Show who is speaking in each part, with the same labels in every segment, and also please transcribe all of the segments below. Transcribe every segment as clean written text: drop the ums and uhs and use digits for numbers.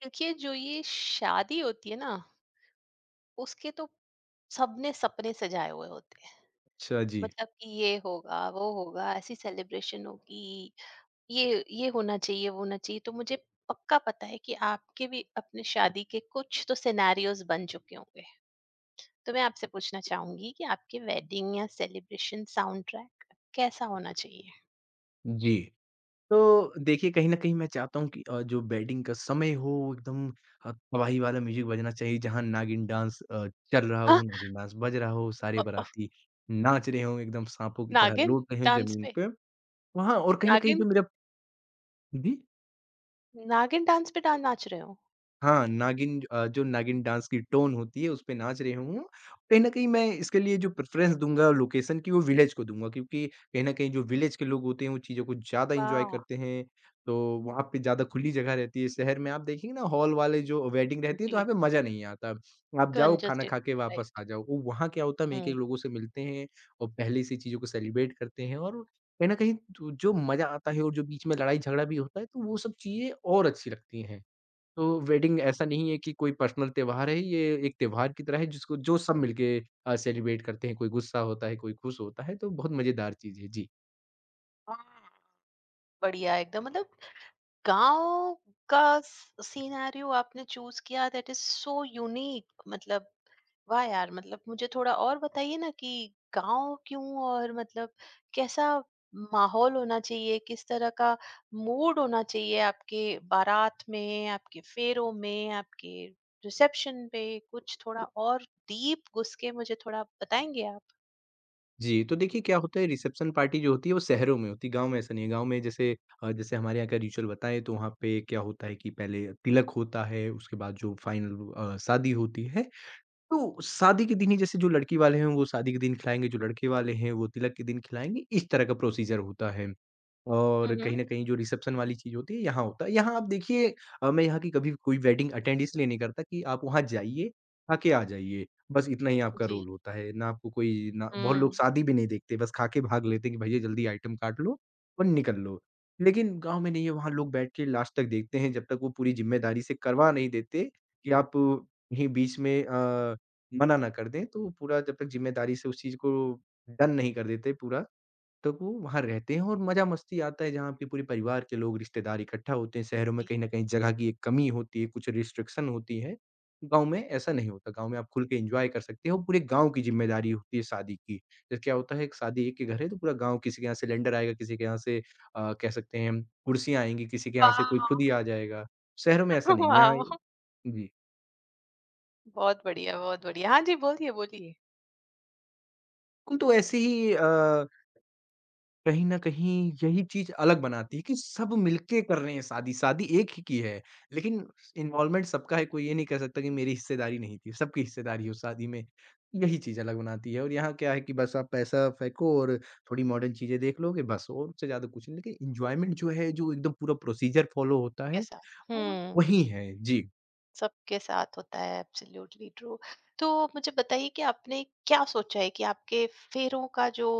Speaker 1: क्योंकि जो ये शादी होती है ना, उसके तो सबने सपने सजाए हुए होते हैं।
Speaker 2: अच्छा जी।
Speaker 1: मतलब कि ये होगा वो होगा, ऐसी सेलिब्रेशन होगी। ये होना चाहिए वो होना चाहिए। तो मुझे पक्का पता है कि आपके भी अपने शादी के कुछ तो सिनेरियोस बन चुके होंगे। तो मैं आपसे पूछना चाहूंगी कि आपके वेडिंग या सेलिब्रेशन साउंड ट्रैक कैसा होना चाहिए?
Speaker 2: जी। तो देखिए कहीं न कहीं मैं चाहता हूँ कि जो बेडिंग का समय हो वो एकदम तबाही वाला म्यूज़िक बजना चाहिए जहाँ नागिन डांस चल रहा
Speaker 1: हाँ।
Speaker 2: हो, नागिन डांस बज रहा हो, सारे
Speaker 1: अ- अ,
Speaker 2: बाराती नाच रहे हों, एकदम साँपों की तरह
Speaker 1: नागिन
Speaker 2: लोट रहे हों
Speaker 1: डांस
Speaker 2: ज़मीन
Speaker 1: पे।
Speaker 2: पे। वहाँ और कहीं न कहीं
Speaker 1: नागिन
Speaker 2: जो मेरा जी?
Speaker 1: नागिन डांस पे डांस नाच रहे हो।
Speaker 2: हाँ, नागिन जो नागिन डांस की टोन होती है, उस पे नाच रहे हों। कहीं न कहीं मैं इसके लिए जो प्रेफ़रेंस दूँगा लोकेशन की, वो विलेज को दूँगा क्योंकि कहीं न कहीं जो विलेज के लोग होते हैं, वो चीज़ों को ज़्यादा एन्जॉय
Speaker 1: वाह।
Speaker 2: करते हैं। तो वहाँ पे ज़्यादा खुली जगह रहती है। शहर में आप देखेंगे ना, हॉल वाले जो वेडिंग रहती है, तो वहाँ
Speaker 1: जी।
Speaker 2: पे मज़ा नहीं आता। आप जाओ, खाना खा
Speaker 1: कंजस्टेड।
Speaker 2: के वापस आ जाओ। वो वहाँ क्या होता है, हम एक-एक
Speaker 1: हुँ।
Speaker 2: लोगों से मिलते हैं और पहले से चीज़ों को सेलिब्रेट करते हैं और कहीं न कहीं जो जो मज़ा आता है और जो बीच में लड़ाई-झगड़ा भी होता है, तो वो सब चीज़ें और अच्छी लगती हैं। तो वेडिंग ऐसा नहीं है कि कोई पर्सनल त्योहार है, ये एक त्योहार की तरह है जिसको जो सब मिलके सेलिब्रेट करते हैं, कोई गुस्सा होता है, कोई खुश होता है, तो बहुत मज़ेदार चीज़ है। जी।
Speaker 1: हाँ, बढ़िया एकदम। मतलब गाँव का स सिनेरियो आपने चूज़ किया, दैट इज़ सो यूनिक। मतलब वाह यार! मतलब मुझे थोड़ा और बताइए ना कि गाँव क्यों, और मतलब कैसा माहौल होना चाहिए, किस तरह का मूड होना चाहिए आपके बारात में, आपके फेरों में, आपके रिसेप्शन पे? कुछ थोड़ा और डीप घुस के मुझे थोड़ा बताएँगे आप?
Speaker 2: जी, तो देखिए क्या होता है रिसेप्शन पार्टी जो होती है वो शहरों में होती है, गाँव में ऐसा नहीं है। गाँव में जैसे जैसे हमारे यहाँ का रिचुअल बताएँ तो वहाँ पे क्या होता है कि पहले तिलक होता है, उसके बाद जो फाइनल शादी होती है तो शादी के दिन ही जैसे जो लड़की वाले हैं वो शादी के दिन खिलाएँगे, जो लड़के वाले हैं वो तिलक के दिन खिलाएँगे, इस तरह का प्रोसीजर होता है।
Speaker 1: हुँ,
Speaker 2: और
Speaker 1: हुँ।
Speaker 2: कहीं न कहीं जो रिसेप्शन वाली चीज़ होती है यहाँ होता है। यहाँ आप देखिए मैं यहाँ की कभी कोई वेडिंग अटेंड इसलिए नहीं करता कि आप वहाँ जाइए, खा के आ जाइए, बस इतना ही आपका
Speaker 1: जी।
Speaker 2: रोल होता है। ना आपको कोई ना बहुत लोग
Speaker 1: हुँ,
Speaker 2: शादी भी नहीं देखते, बस खा के भाग लेते हैं कि भैया जल्दी आइटम काट लो और निकल लो। लेकिन गाँव में नहीं है, वहाँ लोग बैठ के लास्ट तक देखते हैं जब तक वो पूरी ज़िम्मेदारी से करवा नहीं देते कि आप कहीं बीच में मना ना कर दें, तो वो पूरा जब तक ज़िम्मेदारी से उस चीज़ को डन नहीं कर देते पूरा, तब वो वहाँ रहते हैं और मज़ा-मस्ती आता है जहाँ आपके पूरे परिवार के लोग, रिश्तेदार इकट्ठा होते हैं। शहरों में
Speaker 1: जी।
Speaker 2: कहीं न कहीं जगह की एक कमी होती है, कुछ रिस्ट्रिक्शन होती है। गाँव में ऐसा नहीं होता, गाँव में आप खुल के एन्जॉय कर सकते हो, पूरे गाँव की ज़िम्मेदारी होती है शादी की। जैसे क्या होता है, एक शादी एक के घर है, तो पूरा गाँव किसी के यहाँ सिलेंडर आएगा, किसी के यहाँ से कह सकते हैं हम कुर्सियाँ आएँगी, किसी के यहाँ से कोई खुद ही
Speaker 1: वाह!
Speaker 2: आ जाएगा। शहरों में ऐसा नहीं है, यहाँ
Speaker 1: वाह!
Speaker 2: जी,
Speaker 1: बहुत बढ़िया, बहुत बढ़िया। हाँ जी, बोलिए, बोलिए।
Speaker 2: बिल्कुल तो ऐसे ही कहीं न कहीं यही चीज़ अलग बनाती है कि सब मिलके कर रहे हैं शादी, शादी एक ही की है। लेकिन इन्वॉल्वमेंट सबका है, कोई ये नहीं कह सकता कि मेरी हिस्सेदारी नहीं थी, सबकी हिस्सेदारी है उस शादी में। यही चीज़ अलग बनाती है और यहाँ क्या है कि बस आप पैसा फेंको और थोड़ी मॉडर्न चीज़ें देख लोगे बस और उससे ज़्यादा कुछ नहीं। लेकिन एन्जॉयमेंट जो है, जो एकदम पूरा प्रोसीजर फ़ॉलो होता
Speaker 1: के
Speaker 2: है,
Speaker 1: साथ
Speaker 2: वो
Speaker 1: हुँ,
Speaker 2: वही है। जी।
Speaker 1: सबके साथ होता है। Absolutely true. तो मुझे बताइए कि आपने क्या सोचा है कि आपके फेरों का जो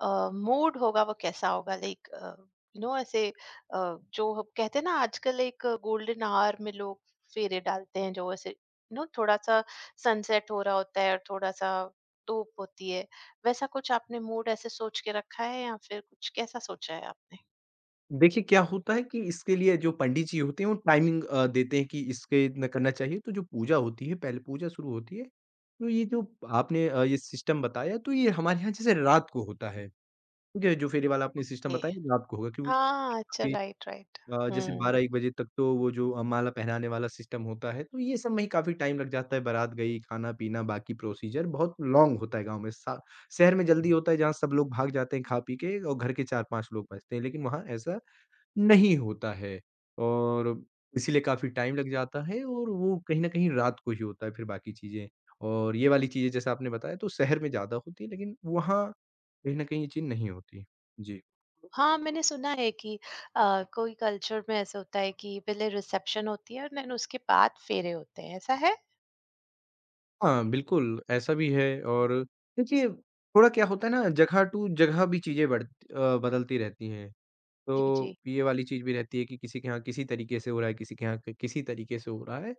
Speaker 1: मूड होगा वो कैसा होगा? लाइक यू नो ऐसे जो हम कहते हैं ना आजकल एक गोल्डन आवर में लोग फेरे डालते हैं, जो ऐसे यू नो थोड़ा-सा सनसेट हो रहा होता है और थोड़ा-सा धूप होती है। वैसा कुछ आपने मूड ऐसे सोच के रखा है, या फिर कुछ कैसा सोचा है आपने?
Speaker 2: देखिए, क्या होता है कि इसके लिए जो पंडित जी होते हैं वो टाइमिंग देते हैं कि इसके इतना करना चाहिए। तो जो पूजा होती है, पहले पूजा शुरू होती है। तो ये जो आपने ये सिस्टम बताया तो ये हमारे यहाँ जैसे रात को होता है, ठीक है? जो फेरे वाला आपने सिस्टम बताया ये रात को होगा क्योंकि
Speaker 1: हाँ अच्छा,
Speaker 2: काफ़ी
Speaker 1: राइट राइट।
Speaker 2: जैसे
Speaker 1: हम्म।
Speaker 2: 12-1 बजे तक तो वो जो माला पहनाने वाला सिस्टम होता है, तो ये सब में ही काफ़ी टाइम लग जाता है। बारात गई, खाना-पीना, बाकी प्रोसीजर बहुत लॉन्ग होता है गाँव में। सा शहर में जल्दी होता है जहाँ सब लोग भाग जाते हैं खा-पी के और घर के 4-5 लोग बचते हैं, लेकिन वहाँ ऐसा नहीं होता है और इसीलिए काफ़ी टाइम लग जाता है और वो कहीं न कहीं रात को ही होता है फिर बाकी चीज़ें। और ये वाली चीज़ें जैसे आपने बताया तो शहर में ज़्यादा होती है लेकिन वहाँ कहीं न कहीं ये चीज़ नहीं होती। जी।
Speaker 1: हाँ मैंने सुना है कि कोई कल्चर में ऐसा होता है कि पहले रिसेप्शन होती है और देन उसके बाद फेरे होते हैं, ऐसा है?
Speaker 2: हाँ, बिल्कुल ऐसा भी है और देखिए थोड़ा क्या होता है ना जगह टू जगह भी चीज़ें बदलती रहती हैं।
Speaker 1: जी जी।
Speaker 2: तो ये वाली चीज़ भी रहती है कि किसी के यहाँ किसी तरीके से हो रहा है, किसी के यहाँ क किसी तरीके से हो रहा है।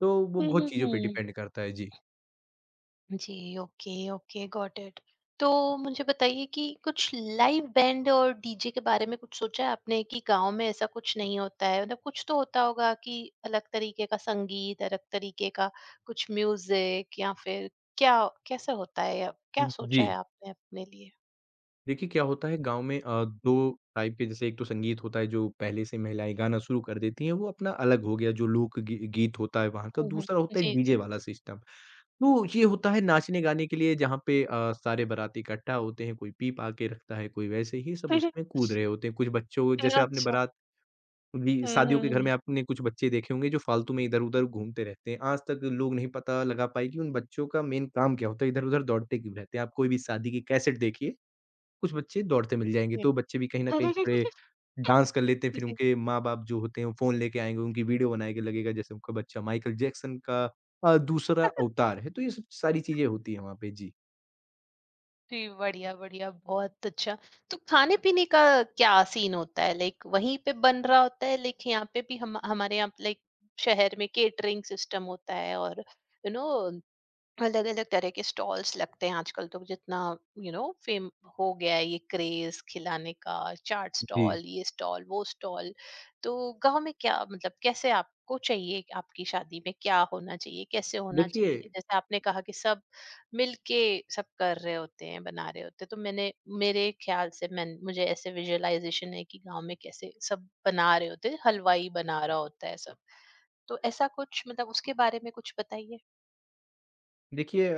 Speaker 2: तो वो
Speaker 1: हम्म
Speaker 2: बहुत
Speaker 1: हम्म,
Speaker 2: चीज़ों पे
Speaker 1: हम्म।
Speaker 2: डिपेंड करता है। जी।
Speaker 1: जी, ओके ओके, गॉट इट। तो मुझे बताइए कि कुछ लाइव बैंड और डीजे के बारे में कुछ सोचा है आपने? कि गांव में ऐसा कुछ नहीं होता है, मतलब कुछ तो होता होगा कि अलग तरीके का संगीत, अलग तरीके का कुछ म्यूजिक, या फिर क्या कैसे होता है या क्या सोचा
Speaker 2: जी।
Speaker 1: है आपने अपने लिए?
Speaker 2: देखिए, क्या होता है गाँव में 2 टाइप के जैसे एक तो संगीत होता है जो पहले से महिलाएँ गाना शुरू कर देती हैं, वो अपना अलग हो गया जो लोक गी गीत होता है वहाँ का,
Speaker 1: हुँ, हुँ।
Speaker 2: दूसरा होता है
Speaker 1: जी,
Speaker 2: डीजे
Speaker 1: जी।
Speaker 2: वाला सिस्टम। तो ये होता है नाचने-गाने के लिए जहाँ पे सारे बाराती इकट्ठा होते हैं, कोई पीप-आ के रखता है, कोई वैसे ही सब उसमें कूद रहे होते हैं। कुछ बच्चों जैसे आपने
Speaker 1: अच्छा।
Speaker 2: बारात भी
Speaker 1: हुँ,
Speaker 2: शादियों
Speaker 1: हुँ,
Speaker 2: के घर
Speaker 1: हुँ।
Speaker 2: में आपने कुछ बच्चे देखे होंगे जो फालतू में इधर-उधर घूमते रहते हैं। आज तक लोग नहीं पता लगा पाए कि उन बच्चों का मेन काम क्या होता है, इधर-उधर दौड़ते क्यों रहते हैं। आप कोई भी शादी की कैसेट देखिए कुछ बच्चे दौड़ते मिल जाएँगे,
Speaker 1: जी।
Speaker 2: तो बच्चे भी कहीं न कहीं थोड़े डांस कर लेते हैं, फिर
Speaker 1: जी।
Speaker 2: उनके माँ-बाप जो होते हैं वो फ़ोन लेके आएँगे, उनकी वीडियो बनाएँगे, लगेगा जैसे उनका बच्चा माइकल जैक्सन का दूसरा अवतार है, तो ये सब सारी चीज़ें होती हैं वहाँ पे। जी।
Speaker 1: जी, बढ़िया, बढ़िया, बहुत अच्छा। तो खाने-पीने का क्या सीन होता है? लाइक वहीं पे बन रहा होता है, लाइक यहाँ पे भी हम हमारे यहाँ, लाइक शहर में केटरिंग सिस्टम होता है और यू नो अलग अलग तरह के स्टॉल्स लगते हैं आजकल। तो जितना यू नो फेम हो गया है ये क्रेज खिलाने का, चाट
Speaker 2: जी।
Speaker 1: स्टॉल, ये स्टॉल, वो स्टॉल। तो गांव में क्या, मतलब कैसे आपको चाहिए कि आपकी शादी में क्या होना चाहिए, कैसे होना
Speaker 2: देखिए
Speaker 1: चाहिए? जैसे आपने कहा कि सब मिलके सब कर रहे होते हैं, बना रहे होते हैं। तो मैंने मेरे ख्याल से मैं मुझे ऐसे विजुअलाइजेशन है कि गांव में कैसे सब बना रहे होते हैं, हलवाई बना रहा होता है सब। तो ऐसा कुछ, मतलब उसके बारे में कुछ बताइए।
Speaker 2: देखिए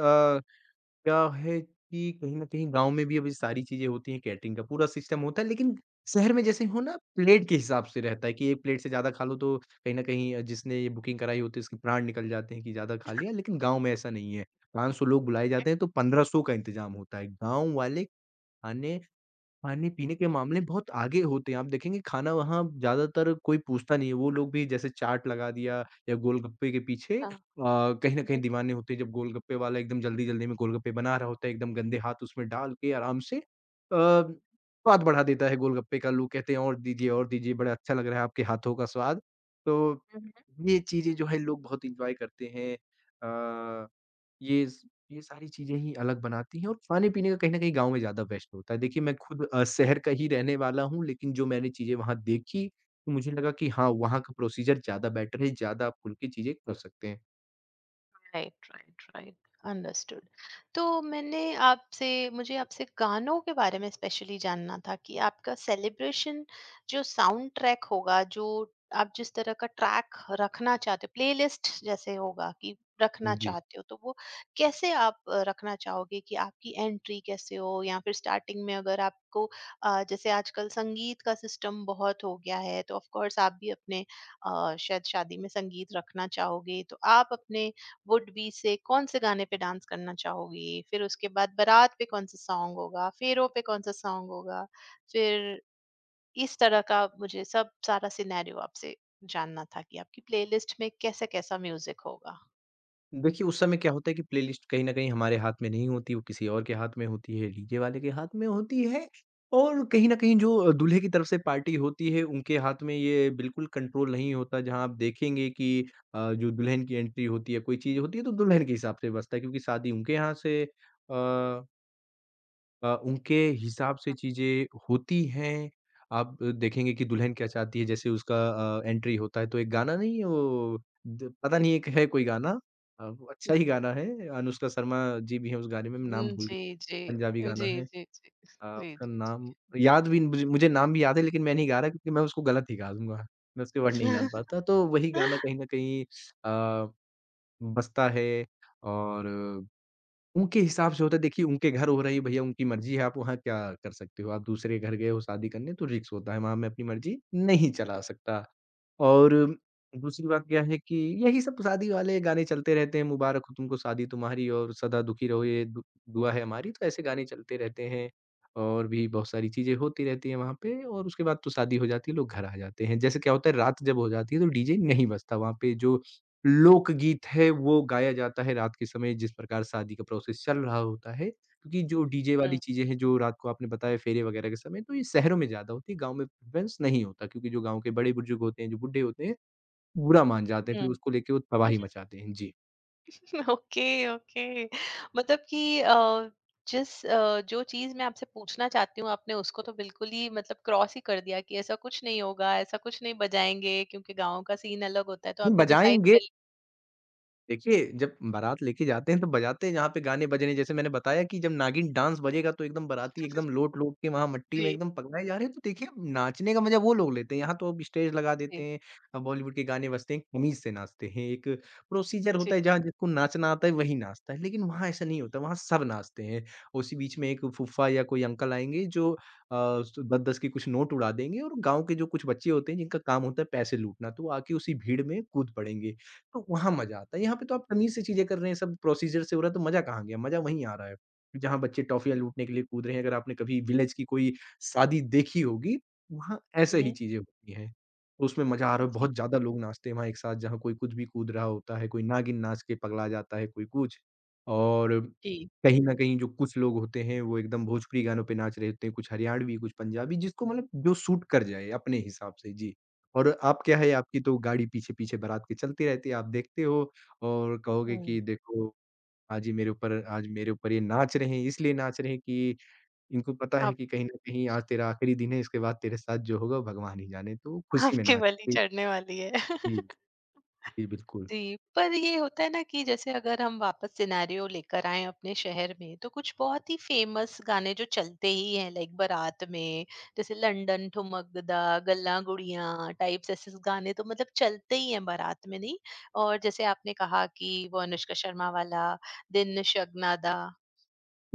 Speaker 2: क्या है कि कहीं न कहीं गाँव में भी अब ये सारी चीज़ें होती हैं, कैटरिंग का पूरा सिस्टम होता है, लेकिन शहर में जैसे हो ना प्लेट के हिसाब से रहता है कि 1 प्लेट से ज़्यादा खा लो तो कहीं न कहीं जिसने ये बुकिंग कराई होती है उसके प्राण निकल जाते हैं कि ज़्यादा खा लिया, लेकिन गाँव में ऐसा नहीं है। 500 लोग बुलाए जाते हैं तो 1500 का इंतज़ाम होता है। गाँव वाले खाने खाने-पीने के मामले में बहुत आगे होते हैं। आप देखेंगे खाना वहाँ ज़्यादातर कोई पूछता नहीं है। वो लोग भी जैसे चाट लगा दिया या गोलगप्पे के पीछे
Speaker 1: हाँ।
Speaker 2: कहीं न कहीं दीवाने होते हैं। जब गोलगप्पे वाला एकदम जल्दी-जल्दी में गोलगप्पे बना रहा होता है, एकदम गंदे हाथ उसमें डाल के आराम से स्वाद बढ़ा देता है गोलगप्पे का। लोग कहते हैं और दीजिए, बड़ा अच्छा लग रहा है आपके हाथों का स्वाद। तो
Speaker 1: हम्म,
Speaker 2: ये चीज़ें जो है लोग बहुत एन्जॉय करते हैं। अ ये स ये सारी चीज़ें ही अलग बनाती हैं और खाने-पीने का कहीं न कहीं गाँव में ज़्यादा बेस्ट होता है। देखिए मैं खुद शहर का ही रहने वाला हूँ, लेकिन जो मैंने चीज़ें वहाँ देखी, तो मुझे लगा कि हाँ, वहाँ का प्रोसीजर ज़्यादा बेटर है, ज़्यादा आप खुल के चीज़ें कर सकते हैं।
Speaker 1: Right right right. अंडरस्टूड। तो मैंने आपसे मुझे आपसे गानों के बारे में स्पेशली जानना था कि आपका सेलिब्रेशन जो साउंड ट्रैक होगा, जो आप जिस तरह का ट्रैक रखना चाहते हो, प्लेलिस्ट जैसे होगा कि रखना
Speaker 2: जी।
Speaker 1: चाहते हो, तो वो कैसे आप रखना चाहोगे? कि आपकी एंट्री कैसे हो, या फिर स्टार्टिंग में अगर आपको जैसे आजकल संगीत का सिस्टम बहुत हो गया है, तो ऑफ कोर्स आप भी अपने शायद शादी में संगीत रखना चाहोगे, तो आप अपने वुड बी से कौन से गाने पे डांस करना चाहोगी? फिर उसके बाद बारात पे कौन-सा सॉन्ग होगा? फेरों पे कौन-सा सॉन्ग होगा? फिर इस तरह का मुझे सब सारा सिनेरियो आपसे जानना था कि आपकी प्लेलिस्ट में कैसा-कैसा म्यूज़िक होगा?
Speaker 2: देखिए, उस समय क्या होता है कि प्लेलिस्ट कहीं न कहीं हमारे हाथ में नहीं होती, वो किसी और के हाथ में होती है, डीजे वाले के हाथ में होती है और कहीं न कहीं जो दूल्हे की तरफ से पार्टी होती है, उनके हाथ में ये बिल्कुल कंट्रोल नहीं होता। जहाँ आप देखेंगे कि जो दुल्हन की एंट्री होती है, कोई चीज़ होती है, तो दुल्हन के हिसाब से बजता है क्योंकि शादी उनके यहाँ से अ उनके हिसाब से चीज़ें होती हैं। आप देखेंगे कि दुल्हन क्या चाहती है जैसे उसका एंट्री होता है तो एक गाना नहीं है वो द पता नहीं एक है कोई गाना वो अच्छा ही गाना है अनुष्का शर्मा जी भी हैं उस गाने में, मैं नाम
Speaker 1: हुँ,
Speaker 2: भूल गया
Speaker 1: जी, जी।
Speaker 2: पंजाबी गाना
Speaker 1: जी,
Speaker 2: है।
Speaker 1: जी, जी। जी,
Speaker 2: उसका
Speaker 1: जी,
Speaker 2: नाम याद भी मुझे मुझे नाम भी याद है लेकिन मैं नहीं गा रहा क्योंकि मैं उसको गलत ही गा दूँगा। मैं उसके वर्ड
Speaker 1: जी।
Speaker 2: नहीं जान पाता तो वही गाना कहीं न कहीं अ, बजता है और उनके हिसाब से होता है देखिए उनके घर हो रही है, भैया उनकी मर्ज़ी है, आप वहाँ क्या कर सकते हो? आप दूसरे घर गए हो शादी करने तो रिस्क होता है, वहाँ मैं अपनी मर्ज़ी नहीं चला सकता। और दूसरी बात क्या है कि यही सब शादी वाले गाने चलते रहते हैं, मुबारक हो तुमको शादी तुम्हारी और सदा दुखी रहो ये दु दुआ है हमारी, तो ऐसे गाने चलते रहते हैं। और भी बहुत सारी चीज़ें होती रहती हैं वहाँ पे और उसके बाद तो शादी हो जाती है, लोग घर आ जाते हैं। जैसे क्या होता है रात जब हो जाती है तो डीजे नहीं बजता, वहाँ पे जो लोकगीत है वो गाया जाता है रात के समय जिस प्रकार शादी का प्रोसेस चल रहा होता है। क्योंकि जो डीजे वाली
Speaker 1: हुँ,
Speaker 2: चीज़ें हैं जो रात को आपने बताया फेरे वगैरह के समय तो ये शहरों में ज़्यादा होती है, गाँव में प्रेफ़रेंस नहीं होता क्योंकि जो गाँव के बड़े बुजुर्ग होते हैं, जो बुड्ढे होते हैं, बुरा मान जाते हैं,
Speaker 1: हुँ।
Speaker 2: फिर उसको लेके वो तबाही मचाते हैं। जी,
Speaker 1: ओके ओके। मतलब कि जो चीज मैं आपसे पूछना चाहती हूँ आपने उसको तो बिल्कुल ही मतलब क्रॉस ही कर दिया कि ऐसा कुछ नहीं होगा, ऐसा कुछ नहीं बजाएंगे, क्योंकि गाँव का सीन अलग होता है, तो
Speaker 2: वो
Speaker 1: आपने डिसाइड
Speaker 2: बजाएँगे।
Speaker 1: कर जी
Speaker 2: देखिए, जब बारात लेके जाते हैं तो बजाते हैं जहाँ पे गाने बज रहे हैं। जैसे मैंने बताया कि जब नागिन डांस बजेगा तो एकदम बाराती एकदम लोट-लोट के वहाँ मट्टी में
Speaker 1: लिया।
Speaker 2: एकदम पगलाए जा रहे हैं। तो देखिए, नाचने का मज़ा वो लोग लेते हैं। यहाँ तो अब स्टेज लगा देते
Speaker 1: जी
Speaker 2: हैं, अब बॉलीवुड के गाने बजते हैं, कमीज़ से नाचते हैं। एक प्रोसीजर
Speaker 1: जी।
Speaker 2: होता है जहाँ जिसको नाचना आता है वही नाचता है, लेकिन वहाँ ऐसा नहीं होता, वहाँ सब नाचते हैं। उसी बीच में एक फूफा या कोई अंकल आएँगे जो अ, स 10-10 के कुछ नोट उड़ा देंगे और गाँव के जो कुछ बच्चे होते हैं जिनका काम होता है पैसे लूटना, तो वो आके उसी भीड़ में कूद पड़ेंगे। तो वहाँ मज़ा आता है। यहाँ पे तो आप तमीज़ से चीज़ें कर रहे हैं, सब प्रोसीजर से हो रहा है, तो मज़ा कहाँ गया? मज़ा वहीं आ रहा है, जहाँ बच्चे टॉफ़ियाँ लूटने के लिए कूद रहे हैं। अगर आपने कभी विलेज की कोई शादी देखी होगी, वहाँ ऐसे ही
Speaker 1: मम्म,
Speaker 2: चीज़ें होती हैं। तो उसमें मज़ा आ रहा है,
Speaker 1: जी
Speaker 2: बहुत ज़्यादा लोग नाचते हैं वहाँ एक साथ, जहाँ कोई कुछ भी कूद रहा होता है, कोई नागिन नाच के पगला जाता है, कोई कुछ। और
Speaker 1: जी।
Speaker 2: कहीं न कहीं जो कुछ लोग होते हैं, वो एकदम भोजपुरी गानों पे नाच रहे होते हैं, कुछ हरियाणवी, कुछ पंजाबी, जिसको मतलब जो सूट कर जाए अपने हिसाब से। जी। और आप क्या है, आपकी तो गाड़ी पीछे-पीछे बारात के चलती रहती है, आप देखते हो और कहोगे
Speaker 1: हम्म।
Speaker 2: कि देखो आज मेरे ऊपर ये नाच रहे हैं, इसलिए नाच रहे हैं कि इनको पता है
Speaker 1: आप
Speaker 2: कि कहीं न कहीं आज तेरा आखिरी दिन है, इसके बाद तेरे साथ जो होगा भगवान ही जाने, तो खुशी में
Speaker 1: आपकी बलि
Speaker 2: नाचते।
Speaker 1: चढ़ने वाली है।
Speaker 2: जी, जी बिल्कुल।
Speaker 1: जी, पर ये होता है ना कि जैसे अगर हम वापस सिनेरियो लेकर आए अपने शहर में, तो कुछ बहुत ही फेमस गाने जो चलते ही हैं लाइक बारात में, जैसे लंदन ठुमकदा, गल्ला गुड़िया टाइप्स, ऐसे गाने तो मतलब चलते ही हैं बारात में नहीं? और जैसे आपने कहा कि वो अनुष्का शर्मा वाला दिन शगनादा,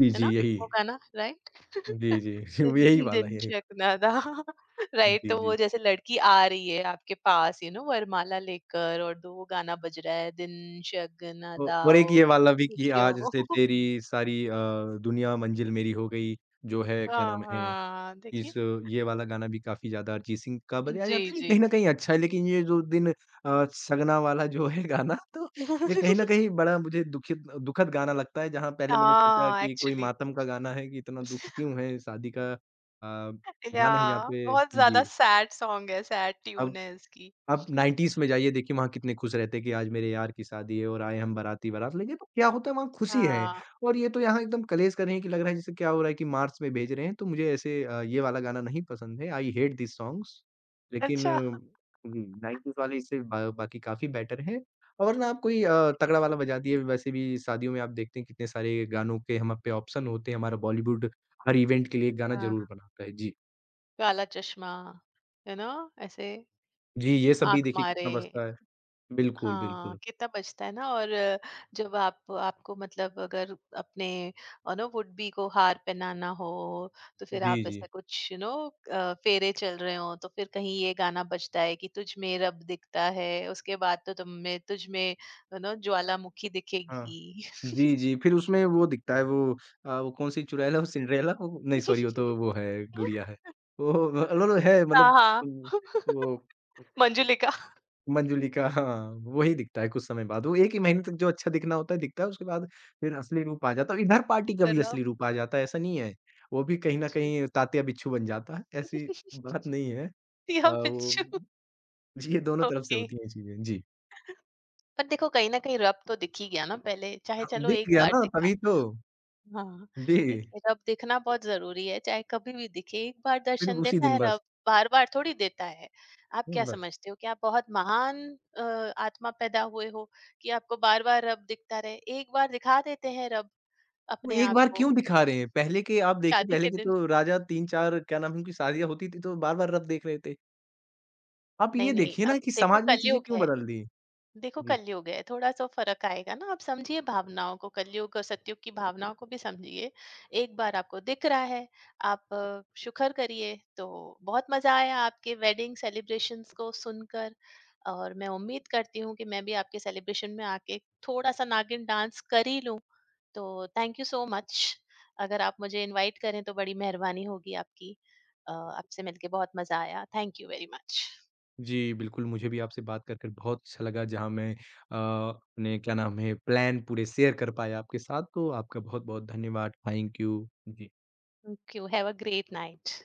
Speaker 2: जी,
Speaker 1: है
Speaker 2: जी,
Speaker 1: ना?
Speaker 2: यही।
Speaker 1: वो गाना, राइट?
Speaker 2: जी, जी, यही
Speaker 1: दिन
Speaker 2: वाला
Speaker 1: दिन
Speaker 2: यही वाला।
Speaker 1: चकना था। राइट।
Speaker 2: जी,
Speaker 1: तो
Speaker 2: जी।
Speaker 1: वो जैसे लड़की आ रही है आपके पास यू नो वरमाला लेकर और, तो वो गाना बज रहा है, दिन शगना
Speaker 2: औ और एक
Speaker 1: दाओ।
Speaker 2: ये वाला भी कि आज
Speaker 1: यो।
Speaker 2: से तेरी सारी दुनिया मंजिल मेरी हो गई, जो है क्या
Speaker 1: हाँ,
Speaker 2: नाम है
Speaker 1: हाँ, देखिए।
Speaker 2: इस ये वाला गाना भी काफ़ी ज़्यादा अरिजीत सिंह का बजाया
Speaker 1: जी,
Speaker 2: जाता है जो कहीं
Speaker 1: जी।
Speaker 2: न कहीं अच्छा है, लेकिन ये जो दिन सगना वाला जो है गाना तो ये कहीं न कहीं बड़ा मुझे दुखित दुखद गाना लगता है, जहाँ पहले मैंने सोचा
Speaker 1: हाँ,
Speaker 2: कि कोई
Speaker 1: एक्चुअली।
Speaker 2: मातम का गाना है कि इतना दुःख क्यों है, शादी का
Speaker 1: या,
Speaker 2: गाना है जहाँ पे
Speaker 1: बहुत ज़्यादा
Speaker 2: जी,
Speaker 1: सैड सॉन्ग है, सैड ट्यून
Speaker 2: अब
Speaker 1: है इसकी।
Speaker 2: आप 90s में जाइए देखिए वहाँ कितने खुश रहते हैं कि आज मेरे यार की शादी है और आए हम बाराती बारात लेके तो क्या होता है वहाँ खुशी है।
Speaker 1: हाँ,
Speaker 2: और ये तो यहाँ एकदम कलेश कर रहे हैं कि लग रहा है जैसे क्या हो रहा है कि मार्च में भेज रहे हैं तो मुझे ऐसे ये वाला गाना नहीं पसंद है। आई हेट दिस सॉन्ग्स लेकिन
Speaker 1: अच्छा।
Speaker 2: 90s वाले इससे बा बाकी काफ़ी बेटर है। और ना आप कोई तगड़ा वाला बजा दिए वैसे भी शादियों में आप देखते हैं कितने सारे गानों के हम पे ऑप्शन होते हैं हमारा बॉलीवुड हर इवेंट के लिए एक गाना
Speaker 1: हाँ,
Speaker 2: ज़रूर बनाता है। जी।
Speaker 1: काला चश्मा, है ना? ऐसे,
Speaker 2: जी, ये सब
Speaker 1: आँख
Speaker 2: भी देखिए कितना
Speaker 1: मारे।
Speaker 2: बजता है। बिल्कुल,
Speaker 1: हाँ,
Speaker 2: बिल्कुल।
Speaker 1: कितना बचता है ना। और जब आप, आपको मतलब अगर अपने यू नो वुड बी को हार पहनाना हो, तो फिर
Speaker 2: जी,
Speaker 1: आप
Speaker 2: जी।
Speaker 1: ऐसा कुछ यू नो फेरे चल रहे हो तो फिर कहीं ये गाना बजता है कि तुझ में रब दिखता है। उसके बाद तो तुम में तुझ में यू नो ज्वालामुखी
Speaker 2: हाँ।
Speaker 1: दिखेगी।
Speaker 2: जी, जी, फिर उसमें वो दिखता है। वो वो कौन-सी चुड़ैल है, वो सिंड्रेला वो नहीं, सॉरी, वो तो वो है गुड़िया है। वो मतलब है
Speaker 1: हाँ
Speaker 2: मतलब
Speaker 1: हाँ।
Speaker 2: उम, वो
Speaker 1: मंजुलिका।
Speaker 2: मंजुलिका। हाँ, वही दिखता है कुछ समय बाद। वो 1 ही महीने तक जो अच्छा दिखना होता है, दिखता है, उसके बाद फिर असली रूप आ जाता है। इधर पार्टी का भी
Speaker 1: रब
Speaker 2: असली रूप आ जाता है, ऐसा नहीं है। वो भी कहीं न
Speaker 1: जी।
Speaker 2: कहीं तात्या बिच्छू बन जाता है, ऐसी बात नहीं है।
Speaker 1: या
Speaker 2: वो
Speaker 1: बिच्छू।
Speaker 2: जी, ये दोनों तरफ से
Speaker 1: ओके,
Speaker 2: होती हैं चीज़ें। जी।
Speaker 1: पर देखो कहीं ना कहीं रब तो दिख ही गया ना पहले, चाहे
Speaker 2: हाँ,
Speaker 1: चलो
Speaker 2: दिख
Speaker 1: एक
Speaker 2: गया
Speaker 1: बार
Speaker 2: ना
Speaker 1: दिखा।
Speaker 2: तभी तो।
Speaker 1: हाँ,
Speaker 2: जी,
Speaker 1: देखिए रब दिखना बहुत ज़रूरी है, चाहे कभी भी दिखे, एक बार
Speaker 2: फिर
Speaker 1: दर्शन
Speaker 2: उसी
Speaker 1: देता
Speaker 2: दिन
Speaker 1: है
Speaker 2: बस।
Speaker 1: रब, बार-बार थोड़ी देता है। आप
Speaker 2: हुँ,
Speaker 1: क्या
Speaker 2: बस।
Speaker 1: समझते हो कि आप बहुत महान आत्मा पैदा हुए हो कि आपको बार-बार रब दिखता रहे? एक बार दिखा देते हैं रब
Speaker 2: वो
Speaker 1: अपने
Speaker 2: एक
Speaker 1: आप
Speaker 2: बार
Speaker 1: को,
Speaker 2: क्यों दिखा रहे हैं? पहले के आप देखिए
Speaker 1: शादी
Speaker 2: पहले
Speaker 1: के
Speaker 2: के
Speaker 1: दिन।
Speaker 2: तो राजा 3-4 क्या नाम है उनकी शादियाँ होती थी तो बार-बार रब देख रहे थे। आप ये
Speaker 1: नहीं, नहीं,
Speaker 2: देखिए ना
Speaker 1: अब
Speaker 2: कि
Speaker 1: देखो
Speaker 2: समाज ने चीज़ें
Speaker 1: कलयुग
Speaker 2: क्यों
Speaker 1: है।
Speaker 2: बदल दी?
Speaker 1: देखो
Speaker 2: जी।
Speaker 1: कलयुग है, थोड़ा सा फर्क आएगा ना, आप समझिए भावनाओं को, कलयुग और सतयुग की भावनाओं को भी समझिए। एक बार आपको दिख रहा है, आप शुक्र करिए। तो बहुत मजा आया आपके वेडिंग सेलिब्रेशंस को सुनकर, और मैं उम्मीद करती हूँ कि मैं भी आपके सेलिब्रेशन में आके थोड़ा सा नागिन डांस कर ही लूँ। तो थैंक यू सो मच। अगर आप मुझे इनवाइट करें तो बड़ी मेहरबानी होगी आपकी। आपसे मिलके बहुत मजा आया, थैंक यू वेरी मच।
Speaker 2: जी, बिल्कुल मुझे भी आपसे बात कर बहुत अच्छा लगा जहाँ मैं अपने क्या नाम है प्लान पूरे शेयर कर पाया आपके साथ तो आपका बहुत-बहुत धन्यवाद। Thank you. जी।
Speaker 1: Thank you, have a great night.